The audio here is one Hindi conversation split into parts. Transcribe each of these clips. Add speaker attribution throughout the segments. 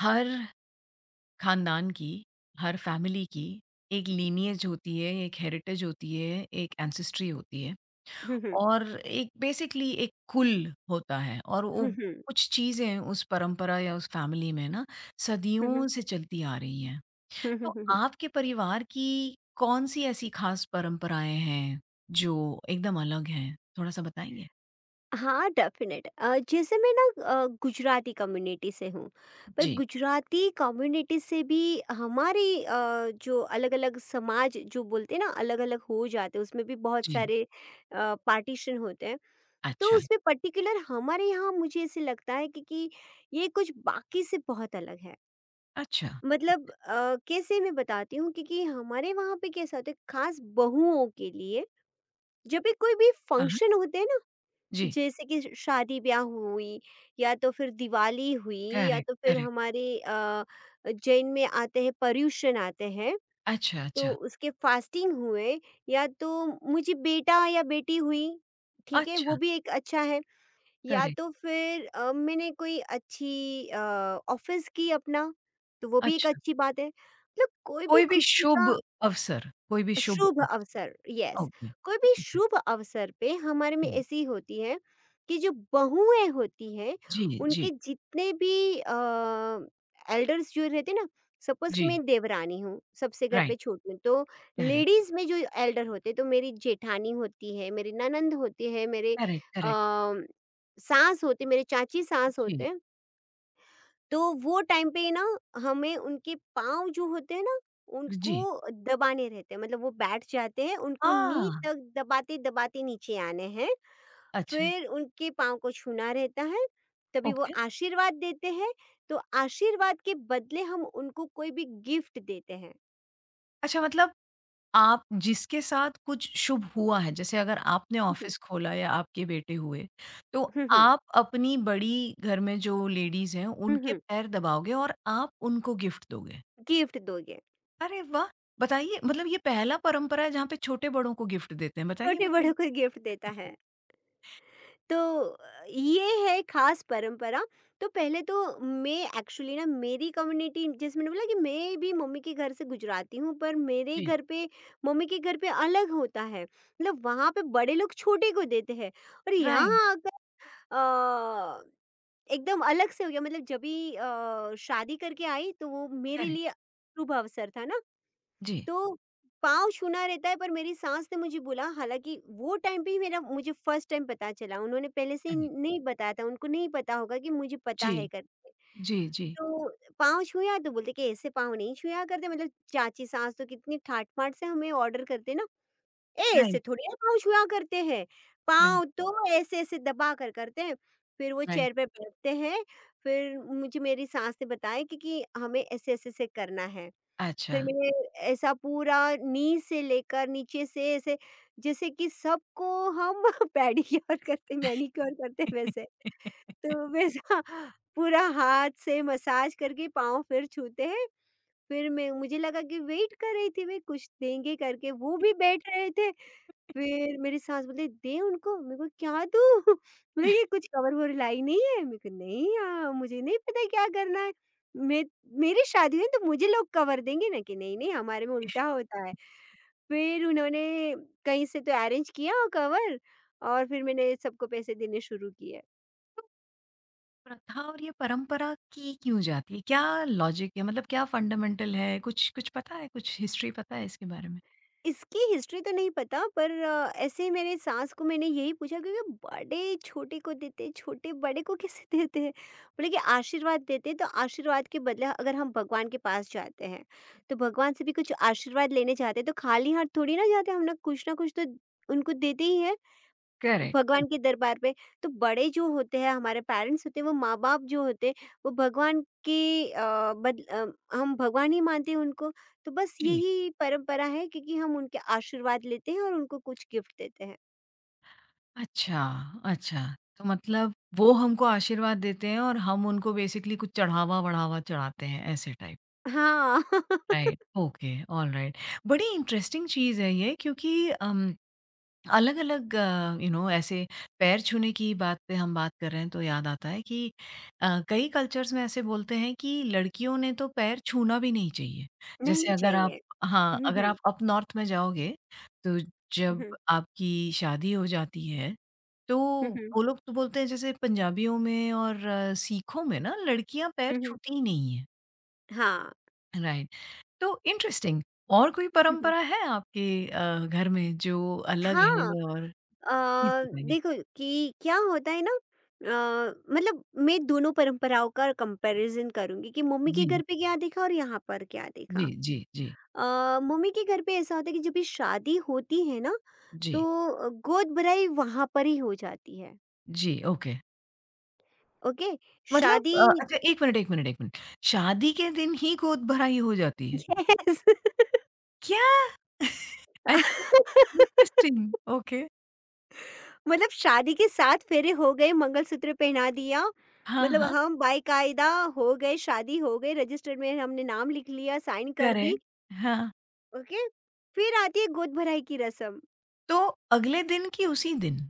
Speaker 1: हर खानदान की, हर फैमिली की एक लीनिएज होती है, एक हेरिटेज होती है, एक एंसेस्ट्री होती है
Speaker 2: हुँ, हुँ।
Speaker 1: और एक बेसिकली एक कुल होता है और वो
Speaker 2: हुँ, हुँ।
Speaker 1: कुछ चीज़ें उस परंपरा या उस फैमिली में ना
Speaker 2: हुँ, हुँ।
Speaker 1: सदियों से चलती आ रही हैं।
Speaker 2: हुँ, हुँ,
Speaker 1: तो
Speaker 2: हुँ, हुँ।
Speaker 1: आपके परिवार की कौन-सी ऐसी ख़ास परंपराएँ हैं, जो एकदम अलग हैं? थोड़ा-सा बताएँगे?
Speaker 2: हाँ, डेफ़िनेट जैसे मैं ना, गुजराती कम्युनिटी से हूँ, पर
Speaker 1: जी,
Speaker 2: गुजराती कम्युनिटी से भी हमारी जो अलग-अलग समाज जो बोलते हैं ना अलग-अलग हो जाते हैं, उसमें भी बहुत
Speaker 1: जी।
Speaker 2: सारे पार्टीशन होते हैं। तो
Speaker 1: अच्छा,
Speaker 2: उसमें पर्टिकुलर हमारे यहाँ मुझे ऐसे लगता है क्योंकि ये कुछ बाकी से बहुत अलग है।
Speaker 1: अच्छा।
Speaker 2: मतलब कैसे मैं बताती हूँ, क्योंकि हमारे वहाँ पे कैसा होता है, खास बहुओं के लिए जब भी कोई भी
Speaker 1: हाँ, हाँ।
Speaker 2: फंक्शन होते हैं ना,
Speaker 1: जी।
Speaker 2: जैसे कि शादी ब्याह हुई, या तो फिर दिवाली हुई, या
Speaker 1: करेक्ट,
Speaker 2: तो फिर
Speaker 1: करेक्ट।
Speaker 2: हमारे जैन में आते हैं पर्युषण आते हैं
Speaker 1: अच्छा,
Speaker 2: तो
Speaker 1: अच्छा।
Speaker 2: उसके फास्टिंग हुए, या तो मुझे बेटा या बेटी हुई, ठीक है वो
Speaker 1: अच्छा,
Speaker 2: भी एक अच्छा है, या
Speaker 1: करेक्ट।
Speaker 2: तो फिर मैंने कोई अच्छी ऑफिस की अपना, तो वो भी एक
Speaker 1: अच्छा,
Speaker 2: अच्छी बात है। मतलब कोई भी
Speaker 1: कोई भी
Speaker 2: खुशी का
Speaker 1: शुभ अवसर कोई भी शुभ
Speaker 2: शुभ
Speaker 1: अवसर,
Speaker 2: अवसर, यस,
Speaker 1: ओके।
Speaker 2: कोई भी शुभ अवसर पे हमारे में
Speaker 1: करेक्ट,
Speaker 2: ऐसी होती है कि जो बहुएं होती हैं
Speaker 1: जी,
Speaker 2: उनके
Speaker 1: जी,
Speaker 2: जितने भी एल्डर्स जो रहते हैं ना, सपोज कि मैं
Speaker 1: जी,
Speaker 2: देवरानी हूँ, सबसे घर पे
Speaker 1: राइट,
Speaker 2: छोटी हूँ, तो
Speaker 1: करेक्ट,
Speaker 2: लेडीज में जो एल्डर होते हैं तो मेरी जेठानी होती है, मेरी ननंद होती है, मेरे
Speaker 1: करेक्ट, करेक्ट,
Speaker 2: सास होते, मेरे चाची सास होते
Speaker 1: जी,
Speaker 2: हैं, तो वो टाइम पे ना हमें उनके पाँव जो होते हैं ना उनको
Speaker 1: जी।
Speaker 2: दबाने रहते हैं। मतलब वो बैठ जाते हैं, उनको नी
Speaker 1: हाँ,
Speaker 2: तक दबाते दबाते नीचे आने हैं,
Speaker 1: अच्छा,
Speaker 2: फिर उनके पाँव को छूना रहता है, तभी वो
Speaker 1: ओके।
Speaker 2: आशीर्वाद देते हैं। तो आशीर्वाद के बदले हम उनको कोई भी गिफ्ट देते हैं।
Speaker 1: अच्छा मतलब आप जिसके साथ कुछ शुभ हुआ है, जैसे अगर आपने
Speaker 2: हम्म,
Speaker 1: ऑफ़िस खोला या आपके बेटे हुए, तो
Speaker 2: हम्म।
Speaker 1: आप अपनी बड़ी घर में जो लेडीज़ हैं, उनके
Speaker 2: हम्म।
Speaker 1: पैर दबाओगे और आप उनको गिफ्ट दोगे।
Speaker 2: गिफ्ट दोगे,
Speaker 1: अरे वाह! बताइए मतलब ये पहला परंपरा है जहाँ पे छोटे-बड़ों को गिफ्ट देते हैं, बताइए
Speaker 2: छोटे बड़ों
Speaker 1: बताइए?
Speaker 2: को गिफ्ट देता है तो ये है खास परंपरा। तो पहले तो मैं एक्चुअली ना, मेरी कम्युनिटी, जैसे मैंने बोला कि मैं भी मम्मी के घर से गुजराती हूँ, पर मेरे
Speaker 1: जी,
Speaker 2: घर पे, मम्मी के घर पे अलग होता है। मतलब वहाँ पे बड़े लोग छोटे को देते हैं, और
Speaker 1: राइट,
Speaker 2: यहाँ आकर अ, एकदम अलग से हो गया। मतलब जब भी शादी करके आई तो वो मेरे
Speaker 1: करेक्ट,
Speaker 2: लिए शुभ अवसर था ना,
Speaker 1: जी,
Speaker 2: तो पाँव छूना रहता है, पर मेरी सास ने मुझे बोला, हालाँकि वो टाइम पे ही मेरा, मुझे फर्स्ट टाइम पता चला, उन्होंने पहले से
Speaker 1: करेक्ट,
Speaker 2: नहीं बताया था, उनको नहीं पता होगा कि मुझे पता
Speaker 1: जी,
Speaker 2: है करके।
Speaker 1: जी, जी,
Speaker 2: तो पाँव छूया तो बोलते कि ऐसे पाँव नहीं छूया करते। मतलब चाची सास तो कितनी ठाट-बाट से हमें ऑर्डर करते हैं ना, "ए ऐसे
Speaker 1: राइट,
Speaker 2: थोड़ी ना पाँव छुआ करते हैं,
Speaker 1: राइट,
Speaker 2: पाँव तो ऐसे-ऐसे दबा कर करते हैं।" फिर वो
Speaker 1: राइट,
Speaker 2: चेयर पे बैठते हैं, फिर मुझे मेरी सास ने बताया कि हमें ऐसे-ऐसे से करना है।
Speaker 1: अच्छा।
Speaker 2: फिर मैंने ऐसा पूरा नींव से लेकर नीचे से ऐसे, जैसे कि सबको हम पेडिक्योर करते, मैनिक्योर करते वैसे। तो वैसा पूरा हाथ से मसाज करके पाँव फिर छूते हैं। फिर मैं, मुझे लगा कि वेट कर रही थी, मैं कुछ देंगे करके, वो भी बैठ रहे थे। फिर मेरी सास बोली, "दे उनको।" मैं बोली, "क्या दूँ?" बोले, "ये कुछ कवर-ववर लाई नहीं है?" मैं कहा, "नहीं मुझे नहीं पता क्या करना है। मैं, मेरी शादी हुई तो मुझे लोग कवर देंगे ना।" कि "नहीं, नहीं, हमारे में उल्टा होता है।" फिर उन्होंने कहीं से तो अरेंज किया कवर, और फिर मैंने सबको पैसे देने शुरू किए।
Speaker 1: तो प्रथा और ये परंपरा की क्यों जाती है? क्या लॉजिक है? मतलब क्या फंडामेंटल है? कुछ कुछ पता है? कुछ हिस्ट्री पता है इसके बारे में?
Speaker 2: इसकी हिस्ट्री तो नहीं पता, पर ऐसे ही मेरे सास को मैंने यही पूछा, क्योंकि बड़े छोटे को देते हैं, छोटे बड़े को कैसे देते हैं। बोले कि आशीर्वाद देते हैं तो आशीर्वाद के बदले, अगर हम भगवान के पास जाते हैं तो भगवान से भी कुछ आशीर्वाद लेने जाते हैं, तो खाली हाथ थोड़ी ना जाते, हम ना कुछ तो उनको देते ही है
Speaker 1: करेक्ट,
Speaker 2: भगवान
Speaker 1: करेक्ट,
Speaker 2: के दरबार पे। तो बड़े जो होते हैं, हमारे पेरेंट्स होते हैं, वो माँ बाप जो होते हैं, वो भगवान के अ, बद अ, हम भगवान ही मानते हैं उनको। तो बस
Speaker 1: जी,
Speaker 2: यही परंपरा है, क्योंकि हम उनके आशीर्वाद लेते हैं और उनको कुछ गिफ्ट देते हैं।
Speaker 1: अच्छा, अच्छा, तो मतलब वो हमको आशीर्वाद देते हैं और हम उनको बेसिकली कुछ चढ़ावा-वढ़ावा चढ़ाते हैं, ऐसे टाइप,
Speaker 2: हाँ।
Speaker 1: Right, okay, alright. बड़ी इंटरेस्टिंग चीज़ है ये क्योंकि अम अलग-अलग ऐसे पैर छूने की बात पे हम बात कर रहे हैं तो याद आता है कि कई कल्चर्स में ऐसे बोलते हैं कि लड़कियों ने तो पैर छूना भी नहीं चाहिए। जैसे
Speaker 2: नहीं
Speaker 1: अगर आप
Speaker 2: चाहिए।
Speaker 1: हाँ, अगर
Speaker 2: हम्म।
Speaker 1: आप अप नॉर्थ में जाओगे तो जब
Speaker 2: हम्म,
Speaker 1: आपकी शादी हो जाती है तो
Speaker 2: हम्म।
Speaker 1: वो लोग तो बोलते हैं जैसे पंजाबियों में और सिखों में ना लड़कियाँ पैर
Speaker 2: हम्म।
Speaker 1: छूती ही नहीं है।
Speaker 2: हाँ।
Speaker 1: राइट। तो इंटरेस्टिंग और कोई
Speaker 2: हम्म।
Speaker 1: परंपरा है आपके घर में जो अलग है
Speaker 2: हाँ।
Speaker 1: और प्लीज़
Speaker 2: अ,
Speaker 1: बताइए।
Speaker 2: देखो कि क्या होता है ना, मतलब मैं दोनों परंपराओं का कंपैरिजन करूंगी कि मम्मी के
Speaker 1: जी,
Speaker 2: घर पे क्या देखा और यहाँ पर क्या देखा।
Speaker 1: जी, जी, जी,
Speaker 2: मम्मी के घर पे ऐसा होता है कि जब भी शादी होती है ना
Speaker 1: जी,
Speaker 2: तो गोद भराई वहां पर ही हो जाती है।
Speaker 1: जी, ओके।
Speaker 2: ओके।
Speaker 1: मतलब
Speaker 2: शादी,
Speaker 1: अच्छा 1 मिनट, 1 मिनट, 1 मिनट। शादी के दिन ही गोद भराई हो जाती है?
Speaker 2: यस।
Speaker 1: क्या? अच्छा, इंटरेस्टिंग, ओके।
Speaker 2: मतलब शादी के सात फेरे हो गए, मंगलसूत्र पहना दिया,
Speaker 1: हाँ,
Speaker 2: मतलब
Speaker 1: हाँ,
Speaker 2: हम बाकायदा हो गए, शादी हो गई, रजिस्टर में हमने नाम लिख लिया, साइन कर दी।
Speaker 1: करेक्ट, हाँ।
Speaker 2: ओके, फिर आती है गोद भराई की रस्म।
Speaker 1: तो अगले दिन की उसी दिन?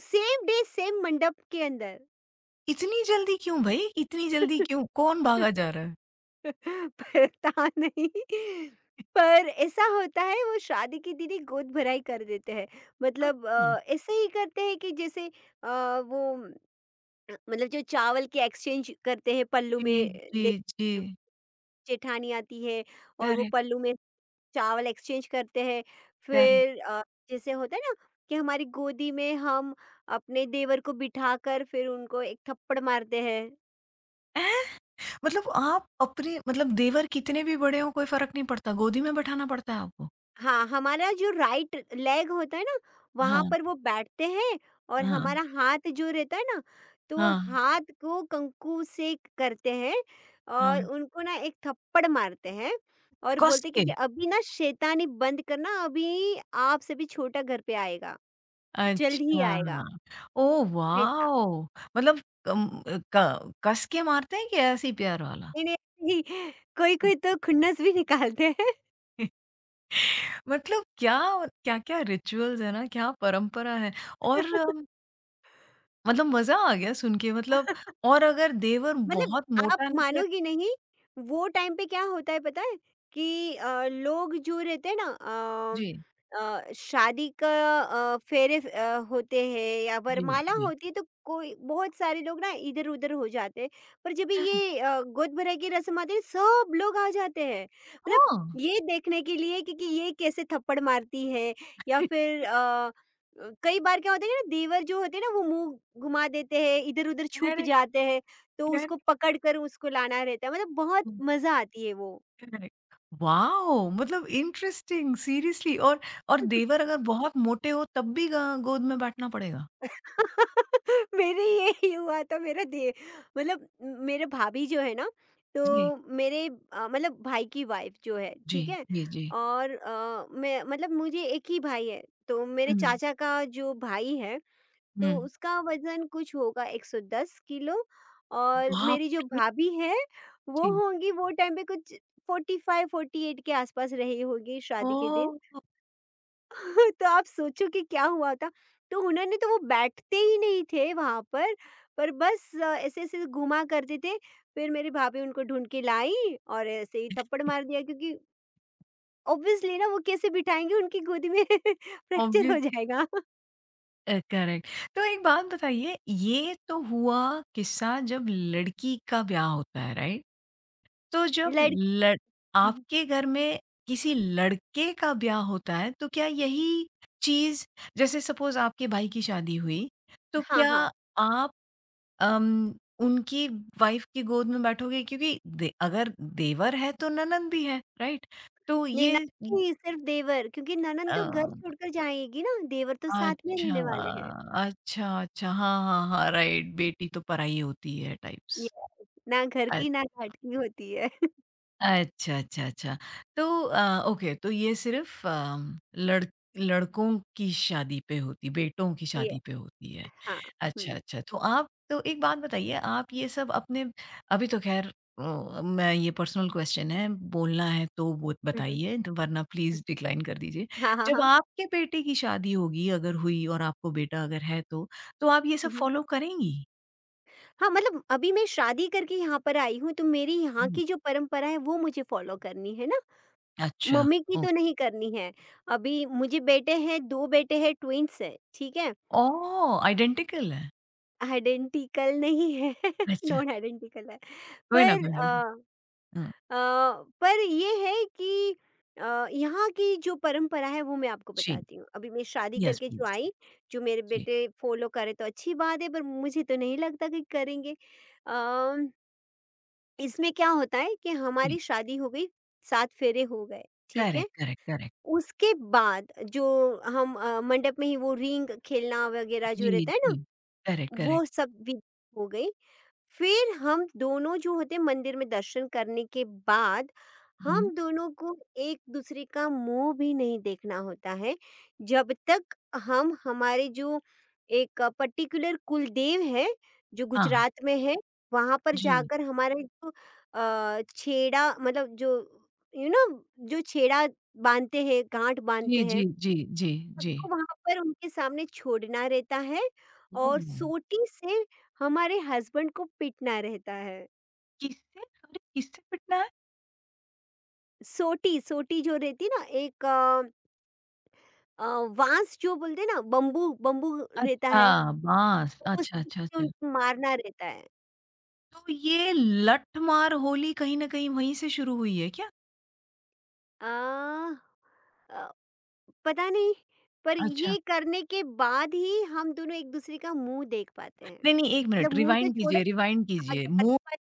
Speaker 2: सेम डे, सेम मंडप के अंदर।
Speaker 1: इतनी जल्दी क्यों भई? इतनी जल्दी क्यों? कौन भागा जा रहा है?
Speaker 2: पता नहीं, पर ऐसा होता है, वो शादी की दीदी गोद भराई कर देते हैं। मतलब
Speaker 1: अच्छा,
Speaker 2: ऐसे ही करते हैं कि जैसे अ, वो मतलब जो चावल के एक्सचेंज करते हैं पल्लू
Speaker 1: जी,
Speaker 2: में
Speaker 1: जी,
Speaker 2: दे,
Speaker 1: जी,
Speaker 2: जेठानी आती है और वो
Speaker 1: करेक्ट,
Speaker 2: पल्लू में चावल एक्सचेंज करते हैं।
Speaker 1: करेक्ट।
Speaker 2: फिर जैसे होता है ना कि हमारी गोदी में हम अपने देवर को बिठाकर फिर उनको एक थप्पड़ मारते हैं।
Speaker 1: ऐ मतलब आप अपने मतलब देवर कितने भी बड़े हों कोई फ़र्क नहीं पड़ता, गोदी में बैठाना पड़ता है आपको?
Speaker 2: हाँ, हमारा जो राइट लेग होता है ना, वहां
Speaker 1: हाँ।
Speaker 2: पर वो बैठते हैं, और
Speaker 1: हाँ,
Speaker 2: हमारा हाथ जो रहता है ना, तो वो
Speaker 1: हाँ,
Speaker 2: हाथ को कंकु से करते हैं, और
Speaker 1: हाँ,
Speaker 2: उनको ना एक थप्पड़ मारते हैं और
Speaker 1: कस
Speaker 2: बोलते कि,
Speaker 1: के?
Speaker 2: कि अभी ना शैतानी बंद करना, अभी आपसे भी छोटा घर पे आएगा, जल्द ही
Speaker 1: अच्छा,
Speaker 2: आएगा,
Speaker 1: ओह
Speaker 2: वैसा।
Speaker 1: वाओ! मतलब कम अ, क कस के मारते हैं कि ऐसे ही प्यार वाला?
Speaker 2: नहीं, नहीं, ऐसे ही कोई-कोई तो खुन्नस भी निकालते हैं।
Speaker 1: मतलब क्या-क्या रिचुअल्स है ना, क्या परंपरा है और मतलब मज़ा आ गया सुन के मतलब और अगर देवर
Speaker 2: मतलब
Speaker 1: बहुत
Speaker 2: आप
Speaker 1: मोटा निकले
Speaker 2: मानोगी नहीं, वो टाइम पे क्या होता है पता है? कि लोग जो रहते हैं ना,
Speaker 1: जी,
Speaker 2: शादी का फेरे होते हैं या
Speaker 1: जी,
Speaker 2: वरमाला
Speaker 1: जी।
Speaker 2: होती है तो कोई बहुत सारे लोग ना इधर-उधर हो जाते हैं। पर जब
Speaker 1: करेक्ट,
Speaker 2: ये गोद भराई की रस्म आती है, सब लोग आ जाते हैं। मतलब
Speaker 1: हाँ,
Speaker 2: ये देखने के लिए कि ये कैसे थप्पड़ मारती है, या फिर कई बार क्या होता है कि ना, देवर जो होते हैं ना वो मुँह घुमा देते हैं, इधर-उधर छुप
Speaker 1: करेक्ट,
Speaker 2: जाते हैं। तो
Speaker 1: करेक्ट।
Speaker 2: उसको पकड़ कर उसको लाना रहता है, मतलब बहुत मज़ा आती है वो।
Speaker 1: करेक्ट। वॉव! मतलब इंटरेस्टिंग सीरियसली और देवर अगर बहुत मोटे हो तब भी ग गोद में बैठना पड़ेगा?
Speaker 2: मेरे यही हुआ था। मेरा दे मतलब मेरे भाभी जो है ना,
Speaker 1: जी,
Speaker 2: तो मेरे मतलब भाई की वाइफ़ जो है,
Speaker 1: जी,
Speaker 2: ठीक है?
Speaker 1: जी, जी।
Speaker 2: और मैं, मतलब मुझे एक ही भाई है, तो मेरे
Speaker 1: हुँ,
Speaker 2: चाचा का जो भाई है, तो
Speaker 1: हुँ।
Speaker 2: उसका वज़न कुछ होगा 110 किलो, और
Speaker 1: बाप
Speaker 2: मेरी जो
Speaker 1: रे!
Speaker 2: भाभी है, वो
Speaker 1: जी।
Speaker 2: होंगी वो टाइम पे कुछ 45-48 के आसपास रही होगी शादी के दिन।
Speaker 1: ओह!
Speaker 2: तो आप सोचो कि क्या हुआ था? तो उन्होंने तो, वो बैठते ही नहीं थे वहाँ पर बस ऐसे-ऐसे घुमा करते थे। फिर मेरी भाभी उनको ढूँढ के लाई और ऐसे ही थप्पड़ मार दिया, क्योंकि ऑब्वियसली ना वो कैसे बिठाएँगे उनकी गोदी में, फ्रैक्चर हो
Speaker 1: ऑब्वियसली
Speaker 2: जाएगा।
Speaker 1: करेक्ट। तो एक बात बताइए, ये तो हुआ किस्सा जब लड़की का ब्याह होता है, राइट? तो जब
Speaker 2: लड़
Speaker 1: लड़ आपके घर में किसी लड़के का ब्याह होता है तो क्या यही चीज़ जैसे सपोज़ आपके भाई की शादी हुई, तो
Speaker 2: हाँ,
Speaker 1: क्या
Speaker 2: हाँ।
Speaker 1: आप अम, उनकी वाइफ़ की गोद में बैठोगे? क्योंकि दे अगर देवर है तो ननंद भी है, राइट? तो
Speaker 2: नहीं, ना,
Speaker 1: ये इ
Speaker 2: नहीं सिर्फ़ देवर, क्योंकि ननंद
Speaker 1: अ,
Speaker 2: तो घर छोड़कर जाएगी ना, देवर तो साथ में
Speaker 1: अच्छा,
Speaker 2: रहने वाले हैं।
Speaker 1: अच्छा, अच्छा। हाँ, हाँ, हाँ, राइट बेटी तो पराई होती है
Speaker 2: ये
Speaker 1: टाइप्स।
Speaker 2: ना घर की ना घाट की होती है।
Speaker 1: अच्छा, अच्छा, अच्छा। तो ओके तो ये सिर्फ़ लड़कों की शादी पे होती बेटों की
Speaker 2: ये
Speaker 1: शादी पे होती है।
Speaker 2: हाँ। हुँ,
Speaker 1: अच्छा, अच्छा। तो आप तो एक बात बताइए आप ये सब अपने अभी तो ख़ैर मैं ये पर्सनल क्वेश्चन है, बोलना है तो वो
Speaker 2: हुँ। हुँ,
Speaker 1: बताइए तो वरना
Speaker 2: हुँ,
Speaker 1: प्लीज़ डिक्लाइन कर दीजिए।
Speaker 2: हाँ, हाँ,
Speaker 1: जब
Speaker 2: हाँ।
Speaker 1: आपके बेटे की शादी होगी अगर हुई और आपको बेटा अगर है तो आप ये सब
Speaker 2: हुँ, हुँ।
Speaker 1: फ़ॉलो करेंगी?
Speaker 2: हाँ, मतलब अभी मैं शादी करके यहाँ पर आई हूँ, तो मेरी यहाँ
Speaker 1: हुँ।
Speaker 2: की जो परंपरा है वो मुझे फ़ॉलो करनी है ना,
Speaker 1: अच्छा,
Speaker 2: मम्मी की
Speaker 1: ओह!
Speaker 2: तो नहीं करनी है। अभी मुझे बेटे हैं, 2 बेटे हैं, ट्विन्स हैं, ठीक है?
Speaker 1: ओह! आइडेंटिकल है।
Speaker 2: आइडेंटिकल नहीं है,
Speaker 1: अच्छा,
Speaker 2: नॉन आइडेंटिकल है।
Speaker 1: कोई ना,
Speaker 2: पर
Speaker 1: कोई ना।
Speaker 2: अ
Speaker 1: अ,
Speaker 2: अ, पर ये है कि यहाँ की जो परंपरा है वो मैं आपको
Speaker 1: जी,
Speaker 2: बताती हूँ। अभी मैं शादी
Speaker 1: येस
Speaker 2: करके जो
Speaker 1: प्लीज़।
Speaker 2: आई, जो मेरे
Speaker 1: जी,
Speaker 2: बेटे फ़ॉलो करें तो अच्छी बात है, पर मुझे तो नहीं लगता कि करेंगे। अ इसमें क्या होता है कि हमारी
Speaker 1: जी,
Speaker 2: शादी हो गई, 7 फेरे हो गए, ठीक है?
Speaker 1: Correct, correct, correct.
Speaker 2: उसके बाद जो हम मंडप में ही वो रिंग खेलना वगैरह जो
Speaker 1: जी,
Speaker 2: रहता है ना,
Speaker 1: जी, करेक्ट, करेक्ट।
Speaker 2: वो सब भी हो गई। फिर हम दोनों जो होते हैं, मंदिर में दर्शन करने के बाद हम
Speaker 1: हुँ,
Speaker 2: दोनों को एक दूसरे का मुंह भी नहीं देखना होता है, जब तक हम हमारे जो एक पर्टिकुलर कुलदेव है जो
Speaker 1: हाँ,
Speaker 2: गुजरात में है, वहां पर
Speaker 1: जी,
Speaker 2: जाकर हमारे जो छेड़ा, मतलब जो, यू नो, जो छेड़ा बांधते हैं, गांठ
Speaker 1: जी,
Speaker 2: बांधते हैं
Speaker 1: जी, जी, जी, जी।
Speaker 2: सबको, वहाँ पर उनके सामने छोड़ना रहता है और
Speaker 1: ओह!
Speaker 2: सोटी से हमारे हस्बैंड को पीटना रहता है।
Speaker 1: किससे? सॉरी, किससे पिटना है?
Speaker 2: सोटी, सोटी जो रहती है ना, एक बाँस जो बोलते हैं ना, बम्बू बम्बू रहता
Speaker 1: अच्छा,
Speaker 2: है,
Speaker 1: बाँस।
Speaker 2: वो
Speaker 1: अच्छा,
Speaker 2: स्टिक
Speaker 1: अच्छा,
Speaker 2: से
Speaker 1: अच्छा।
Speaker 2: उनको मारना रहता है।
Speaker 1: तो ये लठमार होली कहीं न कहीं वहीं से शुरू हुई है क्या?
Speaker 2: अ अ, पता नहीं, पर
Speaker 1: अच्छा।
Speaker 2: ये करने के बाद ही हम दोनों एक-दूसरे का मुँह देख पाते हैं।
Speaker 1: नहीं, नहीं, 1
Speaker 2: मतलब
Speaker 1: मिनट
Speaker 2: मुँह तो
Speaker 1: रिवाइंड
Speaker 2: छोड़ो,
Speaker 1: कीजिए, रिवाइंड कीजिए।
Speaker 2: आगे
Speaker 1: मो
Speaker 2: बात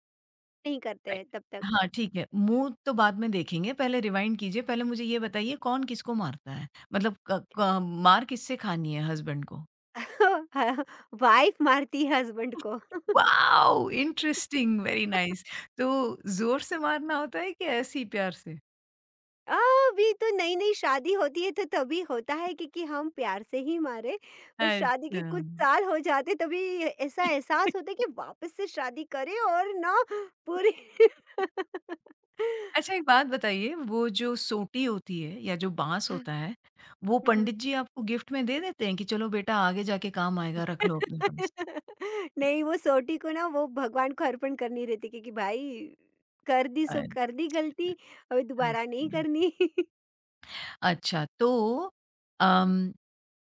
Speaker 2: नहीं करते
Speaker 1: राइट।
Speaker 2: हैं तब तक।
Speaker 1: हाँ, ठीक है। मुँह तो बाद में देखेंगे, पहले रिवाइंड कीजिए। पहले मुझे ये बताइए कौन किसको मारता है? मतलब क क मार किससे खानी है हस्बैंड को?
Speaker 2: वाइफ मारती है हस्बैंड को।
Speaker 1: वॉव! Interesting, very nice. तो ज़ोर से मारना होता है कि ऐसे ही प्यार से?
Speaker 2: आ, अभी तो नई-नई शादी होती है तो तभी होता है कि हम प्यार से ही मारे, पर शादी के
Speaker 1: अच्छा।
Speaker 2: कुछ साल हो जाते तभी ऐसा एहसास होता है कि वापस से शादी करें और ना पूरी।
Speaker 1: अच्छा एक बात बताइए, वो जो सोटी होती है या जो बाँस होता है, वो
Speaker 2: हुँ, हुँ।
Speaker 1: पंडित जी आपको गिफ्ट में दे देते हैं कि चलो बेटा आगे जाके काम आएगा, रख लो अपने पास?
Speaker 2: नहीं वो सोटी को ना वो भगवान को अर्पण करनी रहती, क्योंकि भाई कर दी
Speaker 1: अ,
Speaker 2: सो कर दी गलती, अभी
Speaker 1: अच्छा।
Speaker 2: दोबारा नहीं करनी।
Speaker 1: अच्छा, तो अम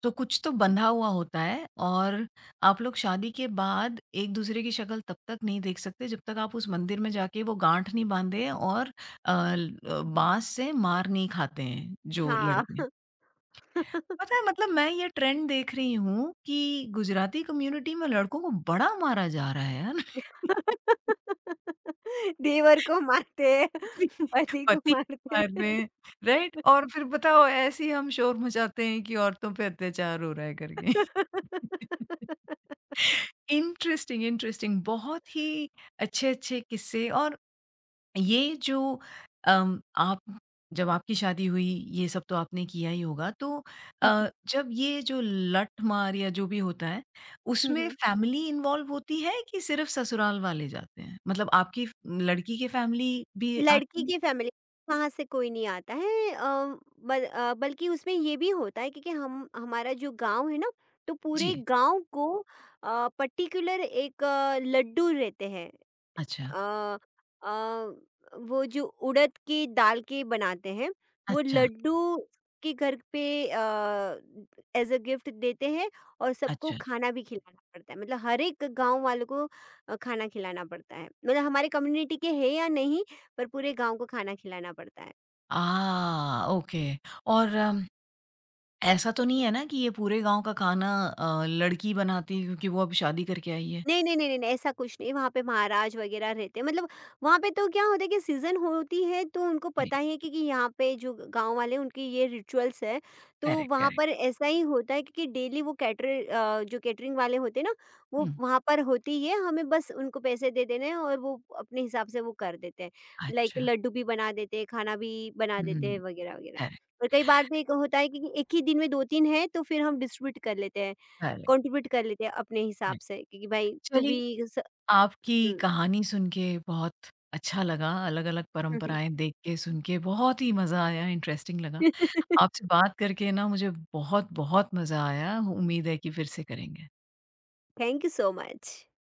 Speaker 1: तो कुछ तो बंधा हुआ होता है और आप लोग शादी के बाद एक-दूसरे की शक्ल तब तक नहीं देख सकते जब तक आप उस मंदिर में जाके वो गाँठ नहीं बाँधे और बाँस से मार नहीं खाते हैं जो लड़के।
Speaker 2: हाँ।
Speaker 1: पता है मतलब मैं ये ट्रेंड देख रही हूँ कि गुजराती कम्युनिटी में लड़कों को बड़ा मारा जा रहा है यार।
Speaker 2: देवर को मारते हैं, पति को
Speaker 1: पति
Speaker 2: मारते हैं।
Speaker 1: मार रहे हैं, राइट? और फिर बताओ ऐसे ही हम शोर मचाते हैं कि औरतों पे अत्याचार हो रहा है करके।
Speaker 2: हुँ,
Speaker 1: इंटरेस्टिंग, इंटरेस्टिंग बहुत ही अच्छे-अच्छे किस्से और ये जो आप जब आपकी शादी हुई ये सब तो आपने किया ही होगा तो
Speaker 2: हुँ।
Speaker 1: जब ये जो लठ-मार या जो भी होता है,
Speaker 2: हुँ,
Speaker 1: उसमें
Speaker 2: हुँ।
Speaker 1: फैमिली इन्वॉल्व होती है कि सिर्फ़ ससुराल वाले जाते हैं? मतलब आपकी फ लड़की की फैमिली भी
Speaker 2: लड़की
Speaker 1: आती है?
Speaker 2: की फैमिली वहाँ से कोई नहीं आता है, बल्कि उसमें ये भी होता है, क्योंकि हम, हमारा जो गाँव है ना, तो पूरे
Speaker 1: जी,
Speaker 2: गाँव को पर्टिकुलर एक लड्डू रहते हैं।
Speaker 1: अच्छा,
Speaker 2: अ अ, वो जो उड़द की दाल के बनाते हैं, वो
Speaker 1: अच्छा,
Speaker 2: लड्डू के घर पे एज अ गिफ्ट देते हैं, और सबको
Speaker 1: अच्छा।
Speaker 2: खाना भी खिलाना पड़ता है, मतलब हर एक गांव वालों को खाना खिलाना पड़ता है, मतलब हमारे कम्युनिटी के है या नहीं, पर पूरे गांव को खाना खिलाना पड़ता है।
Speaker 1: ओके और ऐसा तो नहीं है ना कि ये पूरे गाँव का खाना लड़की बनाती है क्योंकि वो अब शादी करके आई है?
Speaker 2: नहीं, नहीं, नहीं, नहीं, नहीं, ऐसा कुछ नहीं, वहाँ पे महाराज वगैरह रहते हैं, मतलब वहाँ पे तो क्या होता है कि सीज़न होती है तो उनको
Speaker 1: जी,
Speaker 2: पता ही है कि यहाँ पे जो गाँव वाले हैं उनकी ये रिचुअल्स है, तो
Speaker 1: करेक्ट,
Speaker 2: वहाँ
Speaker 1: करेक्ट।
Speaker 2: पर ऐसा ही होता है, क्योंकि डेली वो जो कैटरिंग वाले होते हैं ना, वो
Speaker 1: हुँ,
Speaker 2: वहाँ पर होती है, हमें बस उनको पैसे दे देने हैं और वो अपने हिसाब से वो कर देते हैं। लाइक
Speaker 1: अच्छा।
Speaker 2: लड्डू भी बना देते हैं, खाना भी बना देते हैं
Speaker 1: हुँ,
Speaker 2: वगैरह वगैरह।
Speaker 1: करेक्ट,
Speaker 2: और कई बार तो एक होता है कि एक ही दिन में 2-3 है तो फिर हम डिस्ट्रीब्यूट कर लेते हैं,
Speaker 1: करेक्ट,
Speaker 2: कंट्रीब्यूट कर लेते हैं अपने हिसाब
Speaker 1: करेक्ट।
Speaker 2: से, क्योंकि भाई तू
Speaker 1: चलिए,
Speaker 2: भी स।
Speaker 1: आपकी
Speaker 2: हुँ,
Speaker 1: कहानी सुन के बहुत अच्छा लगा, अलग-अलग
Speaker 2: हुँ, हुँ।
Speaker 1: परंपराएँ देख के, सुन के बहुत ही मज़ा आया, इंटरेस्टिंग लगा। आपसे बात करके ना मुझे बहुत-बहुत मज़ा आया, उम्मीद है कि फिर से करेंगे।
Speaker 2: Thank you so much.